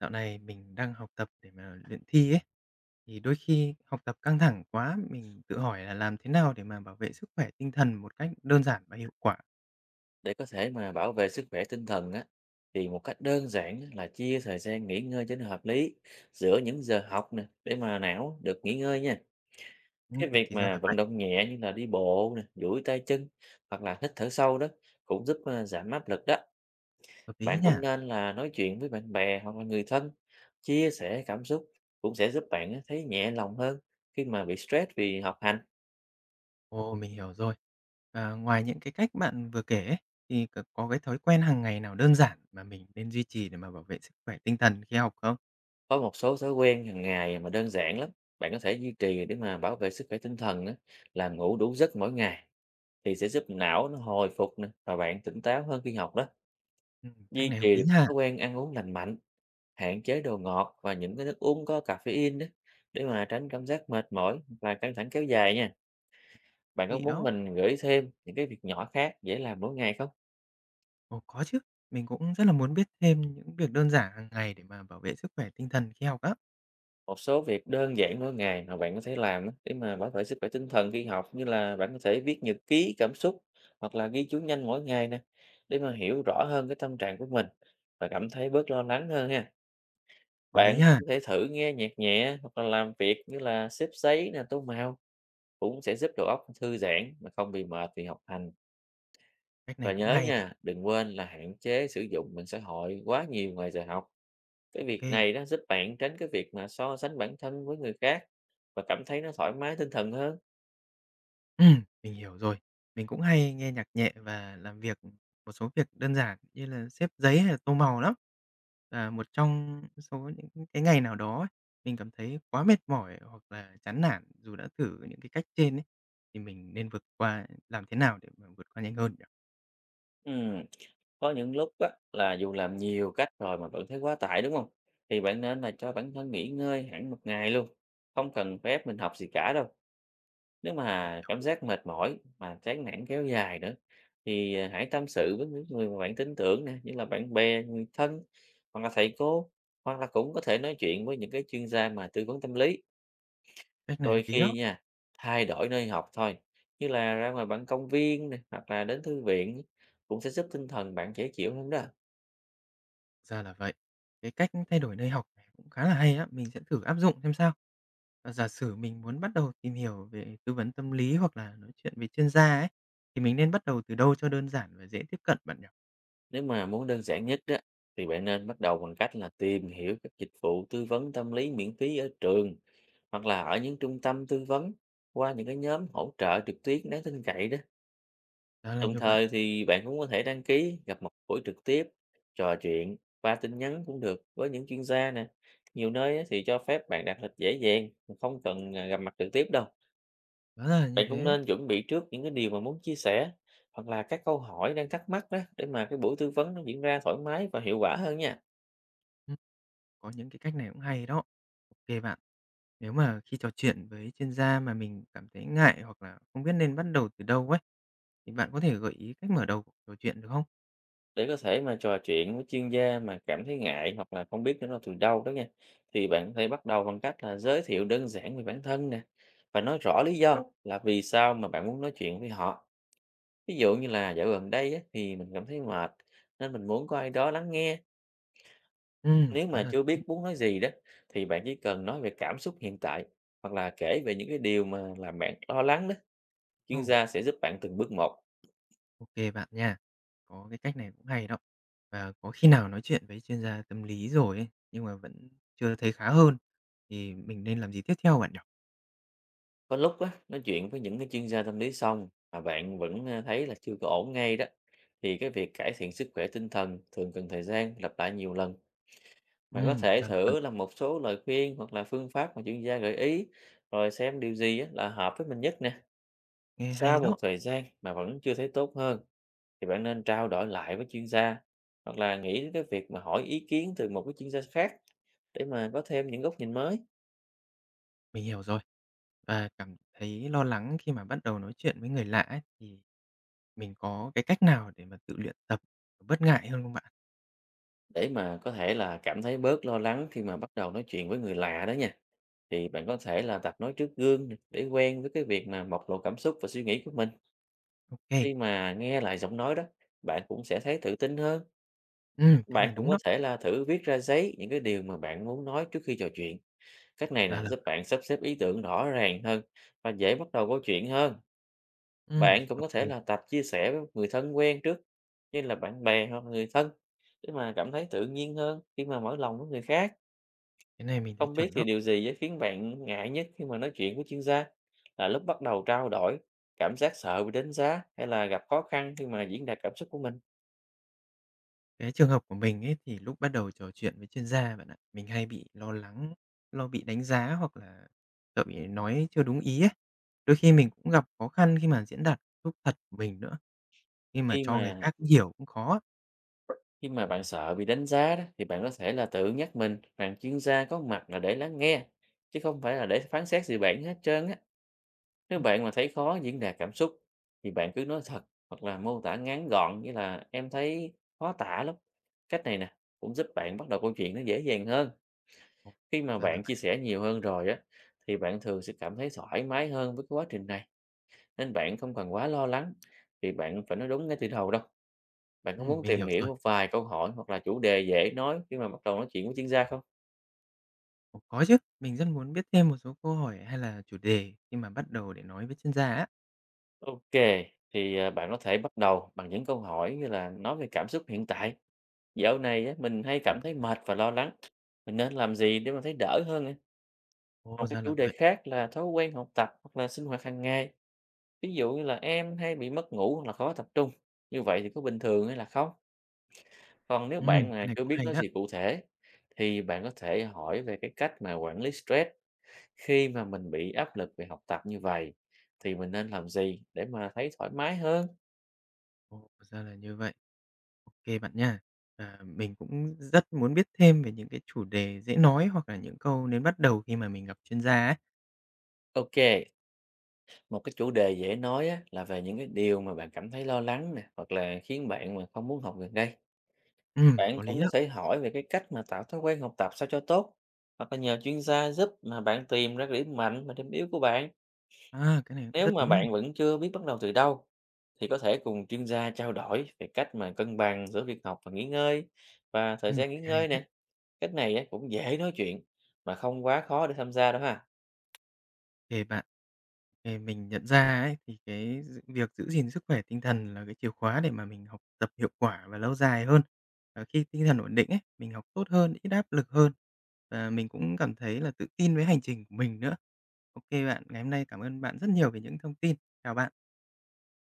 Dạo này mình đang học tập để mà luyện thi ấy, thì đôi khi học tập căng thẳng quá, mình tự hỏi là làm thế nào để mà bảo vệ sức khỏe tinh thần một cách đơn giản và hiệu quả? Để có thể mà bảo vệ sức khỏe tinh thần á, thì một cách đơn giản á là chia thời gian nghỉ ngơi cho nó hợp lý giữa những giờ học nè để mà não được nghỉ ngơi nha. Cái việc Thì ra mà là vận vậy, động nhẹ như là đi bộ nè, duỗi tay chân hoặc là hít thở sâu đó cũng giúp giảm áp lực đó. hợp lý Bạn cũng nha. nên là nói chuyện với bạn bè hoặc là người thân, chia sẻ cảm xúc cũng sẽ giúp bạn á thấy nhẹ lòng hơn khi mà bị stress vì học hành. Ồ, mình hiểu rồi. À, ngoài những cái cách bạn vừa kể ấy, thì có cái thói quen hàng ngày nào đơn giản mà mình nên duy trì để mà bảo vệ sức khỏe tinh thần khi học không? Có một số thói quen hàng ngày mà đơn giản lắm, bạn có thể duy trì để mà bảo vệ sức khỏe tinh thần á, là ngủ đủ giấc mỗi ngày thì sẽ giúp não nó hồi phục nè, và bạn tỉnh táo hơn khi học đó. Cách Duy này hợp trì lý được cái nha, thói quen ăn uống lành mạnh, hạn chế đồ ngọt và những cái nước uống có caffeine đó để mà tránh cảm giác mệt mỏi và căng thẳng kéo dài nha. Bạn có vị muốn đó. mình gửi thêm những cái việc nhỏ khác dễ làm mỗi ngày không? Ồ, có chứ, mình cũng rất là muốn biết thêm những việc đơn giản hàng ngày để mà bảo vệ sức khỏe tinh thần khi học á. Một số việc đơn giản mỗi ngày mà bạn có thể làm á, để mà bảo vệ sức khỏe tinh thần khi học, như là bạn có thể viết nhật ký cảm xúc hoặc là ghi chú nhanh mỗi ngày nè, để mà hiểu rõ hơn cái tâm trạng của mình và cảm thấy bớt lo lắng hơn ha. Có lý Bạn cũng ha, có thể thử nghe nhạc nhẹ hoặc là làm việc như là xếp giấy nè, tô màu, cũng sẽ giúp đầu óc thư giãn mà không bị mệt vì học hành. cách Và này cũng nhớ hay. nha, đừng quên là hạn chế sử dụng mạng xã hội quá nhiều ngoài giờ học. Cái việc OK. này nó giúp bạn tránh cái việc mà so sánh bản thân với người khác, và cảm thấy nó thoải mái tinh thần hơn. Mình hiểu rồi. Mình cũng hay nghe nhạc nhẹ và làm việc một số việc đơn giản như là xếp giấy hay là tô màu lắm. Và một trong số những cái ngày nào đó ấy, mình cảm thấy quá mệt mỏi hoặc là chán nản dù đã thử những cái cách trên ấy, thì mình nên vượt qua làm thế nào để mà vượt qua nhanh hơn nhỉ? Ừm, Có những lúc á, là dù làm nhiều cách rồi mà vẫn thấy quá tải, đúng không? Thì bạn nên là cho bản thân nghỉ ngơi hẳn một ngày luôn. Không cần phép mình học gì cả đâu. Nếu Mình mà cảm hiểu rồi. giác mệt mỏi mà chán nản kéo dài nữa, thì hãy tâm sự với những người mà bạn tin tưởng nè, như là bạn bè, người thân, hoặc là thầy cô, hoặc là cũng có thể nói chuyện với những cái chuyên gia mà tư vấn tâm lý. Cách này Đôi hợp lý khi đó. nha, thay đổi nơi học thôi, như là ra ngoài bạn công viên này hoặc là đến thư viện ấy, cũng sẽ giúp tinh thần bạn dễ chịu hơn đó. Ra là vậy. Cái cách thay đổi nơi học này cũng khá là hay á, mình sẽ thử áp dụng xem sao. Giả sử mình muốn bắt đầu tìm hiểu về tư vấn tâm lý hoặc là nói chuyện với chuyên gia ấy, thì mình nên bắt đầu từ đâu cho đơn giản và dễ tiếp cận bạn nhỉ? Nếu mà muốn đơn giản nhất đó, thì bạn nên bắt đầu bằng cách là tìm hiểu các dịch vụ tư vấn tâm lý miễn phí ở trường, hoặc là ở những trung tâm tư vấn, qua những cái nhóm hỗ trợ trực tuyến đáng tin cậy đó. Đó là Đồng như vậy, thời thì bạn cũng có thể đăng ký gặp mặt buổi trực tiếp, trò chuyện qua tin nhắn cũng được với những chuyên gia nè. Nhiều nơi á, thì cho phép bạn đặt lịch dễ dàng, không cần gặp mặt trực tiếp đâu. đó là như Bạn cũng thế. nên chuẩn bị trước những cái điều mà muốn chia sẻ hoặc là các câu hỏi đang thắc mắc đó, để mà cái buổi tư vấn nó diễn ra thoải mái và hiệu quả hơn nha. Ừm, có những cái cách này cũng hay đó. OK bạn. Nếu mà khi trò chuyện với chuyên gia mà mình cảm thấy ngại hoặc là không biết nên bắt đầu từ đâu ấy, thì bạn có thể gợi ý cách mở đầu cuộc trò chuyện được không? Để có thể mà trò chuyện với chuyên gia mà cảm thấy ngại hoặc là không biết nó từ đâu đó nha, thì bạn có thể bắt đầu bằng cách là giới thiệu đơn giản về bản thân nè, và nói rõ lý do là vì sao mà bạn muốn nói chuyện với họ. Ví dụ như là dạo gần đây á, thì mình cảm thấy mệt, nên mình muốn có ai đó lắng nghe. Nếu Quá mà là chưa thế. biết muốn nói gì đó, thì bạn chỉ cần nói về cảm xúc hiện tại, hoặc là kể về những cái điều mà làm bạn lo lắng đó, chuyên Ồ. gia sẽ giúp bạn từng bước một. OK bạn nha. Có cái cách này cũng hay đó. Và có khi nào nói chuyện với chuyên gia tâm lý rồi ấy, nhưng mà vẫn chưa thấy khá hơn, thì mình nên làm gì tiếp theo bạn nhỉ? Có lúc á, nói chuyện với những cái chuyên gia tâm lý xong mà bạn vẫn thấy là chưa có ổn ngay đó, thì cái việc cải thiện sức khỏe tinh thần thường cần thời gian lặp lại nhiều lần. Bạn có thể Ra là vậy, thử làm một số lời khuyên hoặc là phương pháp mà chuyên gia gợi ý, rồi xem điều gì á, là hợp với mình nhất nè. nghe Sau hay một đó, thời gian mà vẫn chưa thấy tốt hơn, thì bạn nên trao đổi lại với chuyên gia, hoặc là nghĩ đến cái việc mà hỏi ý kiến từ một cái chuyên gia khác, để mà có thêm những góc nhìn mới, mình hiểu rồi. Và cảm thấy lo lắng khi mà bắt đầu nói chuyện với người lạ ấy, thì mình có cái cách nào để mà tự luyện tập bớt ngại hơn không bạn? để mà có thể là cảm thấy bớt lo lắng khi mà bắt đầu nói chuyện với người lạ đó nha. Thì bạn có thể là tập nói trước gương nè, để quen với cái việc mà bộc lộ cảm xúc và suy nghĩ của mình. OK, kê, Khi mà nghe lại giọng nói đó, bạn cũng sẽ thấy tự tin hơn. cái Bạn này cũng đúng có đó, thể là thử viết ra giấy những cái điều mà bạn muốn nói trước khi trò chuyện. Cách này ra là là giúp bạn sắp xếp ý tưởng rõ ràng hơn và dễ bắt đầu câu chuyện hơn. Bạn cũng ô có thể là tập chia sẻ với người thân quen trước, như là bạn bè hoặc người thân, để mà cảm thấy tự nhiên hơn khi mà mở lòng với người khác. cái này mình thấy Không biết chuẩn thì đó. điều gì á khiến bạn ngại nhất khi mà nói chuyện với chuyên gia? Là lúc bắt đầu trao đổi, cảm giác sợ bị đánh giá, hay là gặp khó khăn khi mà diễn đạt cảm xúc của mình? Cái trường hợp của mình ấy thì lúc bắt đầu trò chuyện với chuyên gia bạn ạ, mình hay bị lo lắng, lo bị đánh giá hoặc là sợ bị nói chưa đúng ý ấy. Đôi khi mình cũng gặp khó khăn khi mà diễn đạt lúc thật của mình nữa, khi mà Khi cho người mà khác hiểu cũng khó. khi mà bạn sợ bị đánh giá đó, thì bạn có thể là tự nhắc mình rằng chuyên gia có mặt là để lắng nghe, chứ không phải là để phán xét gì bạn hết trơn á. Nếu Ừm, bạn mà thấy khó diễn đạt cảm xúc, thì bạn cứ nói thật, hoặc là mô tả ngắn gọn như là em thấy khó tả lắm. Cách này nè cũng giúp bạn bắt đầu câu chuyện nó dễ dàng hơn. ồ, Khi mà ra là bạn vậy. chia sẻ nhiều hơn rồi á, thì bạn thường sẽ cảm thấy thoải mái hơn với cái quá trình này, nên bạn không cần quá lo lắng, vì bạn phải nói đúng ngay từ đầu đâu. Bạn có muốn Mình tìm hiểu hiểu rồi. một vài câu hỏi hoặc là chủ đề dễ nói khi mà bắt đầu nói chuyện với chuyên gia không? Ồ, có chứ, mình rất muốn biết thêm một số câu hỏi hay là chủ đề khi mà bắt đầu để nói với chuyên gia á. Ok, thì bạn có thể bắt đầu bằng những câu hỏi như là nói về cảm xúc hiện tại. Dạo này á, mình hay cảm thấy mệt và lo lắng. Mình nên làm gì để mà thấy đỡ hơn ạ? Một Ồ, cái ra chủ là đề vậy. khác là thói quen học tập hoặc là sinh hoạt hàng ngày. Ví dụ như là em hay bị mất ngủ hoặc là khó tập trung, như vậy thì có bình thường hay là không? Còn nếu Ừ, bạn cái mà này chưa cũng biết hay nói đó. gì cụ thể, thì bạn có thể hỏi về cái cách mà quản lý stress, khi mà mình bị áp lực về học tập như vậy thì mình nên làm gì để mà thấy thoải mái hơn. Ồ, ra là như vậy. OK bạn nha. À, mình cũng rất muốn biết thêm về những cái chủ đề dễ nói hoặc là những câu nên bắt đầu khi mà mình gặp chuyên gia ấy. Ok, một cái chủ đề dễ nói á, là về những cái điều mà bạn cảm thấy lo lắng nè, hoặc là khiến bạn mà không muốn học gần đây. Bạn Có lý cũng có đó. thể hỏi về cái cách mà tạo thói quen học tập sao cho tốt, hoặc là nhờ chuyên gia giúp mà bạn tìm ra cái điểm mạnh và điểm yếu của bạn. À, cái này cũng Nếu rất mà đúng nha. bạn vẫn chưa biết bắt đầu từ đâu, thì có thể cùng chuyên gia trao đổi về cách mà cân bằng giữa việc học và nghỉ ngơi và thời gian nghỉ Hay ngơi đấy. nè. Cách này á, cũng dễ nói chuyện mà không quá khó để tham gia đâu ha. OK bạn. Thì mình nhận ra ấy, thì cái việc giữ gìn sức khỏe tinh thần là cái chìa khóa để mà mình học tập hiệu quả và lâu dài hơn. Khi tinh thần ổn định ấy, mình học tốt hơn, ít áp lực hơn và mình cũng cảm thấy là tự tin với hành trình của mình nữa. OK bạn, ngày hôm nay cảm ơn bạn rất nhiều về những thông tin. Chào bạn.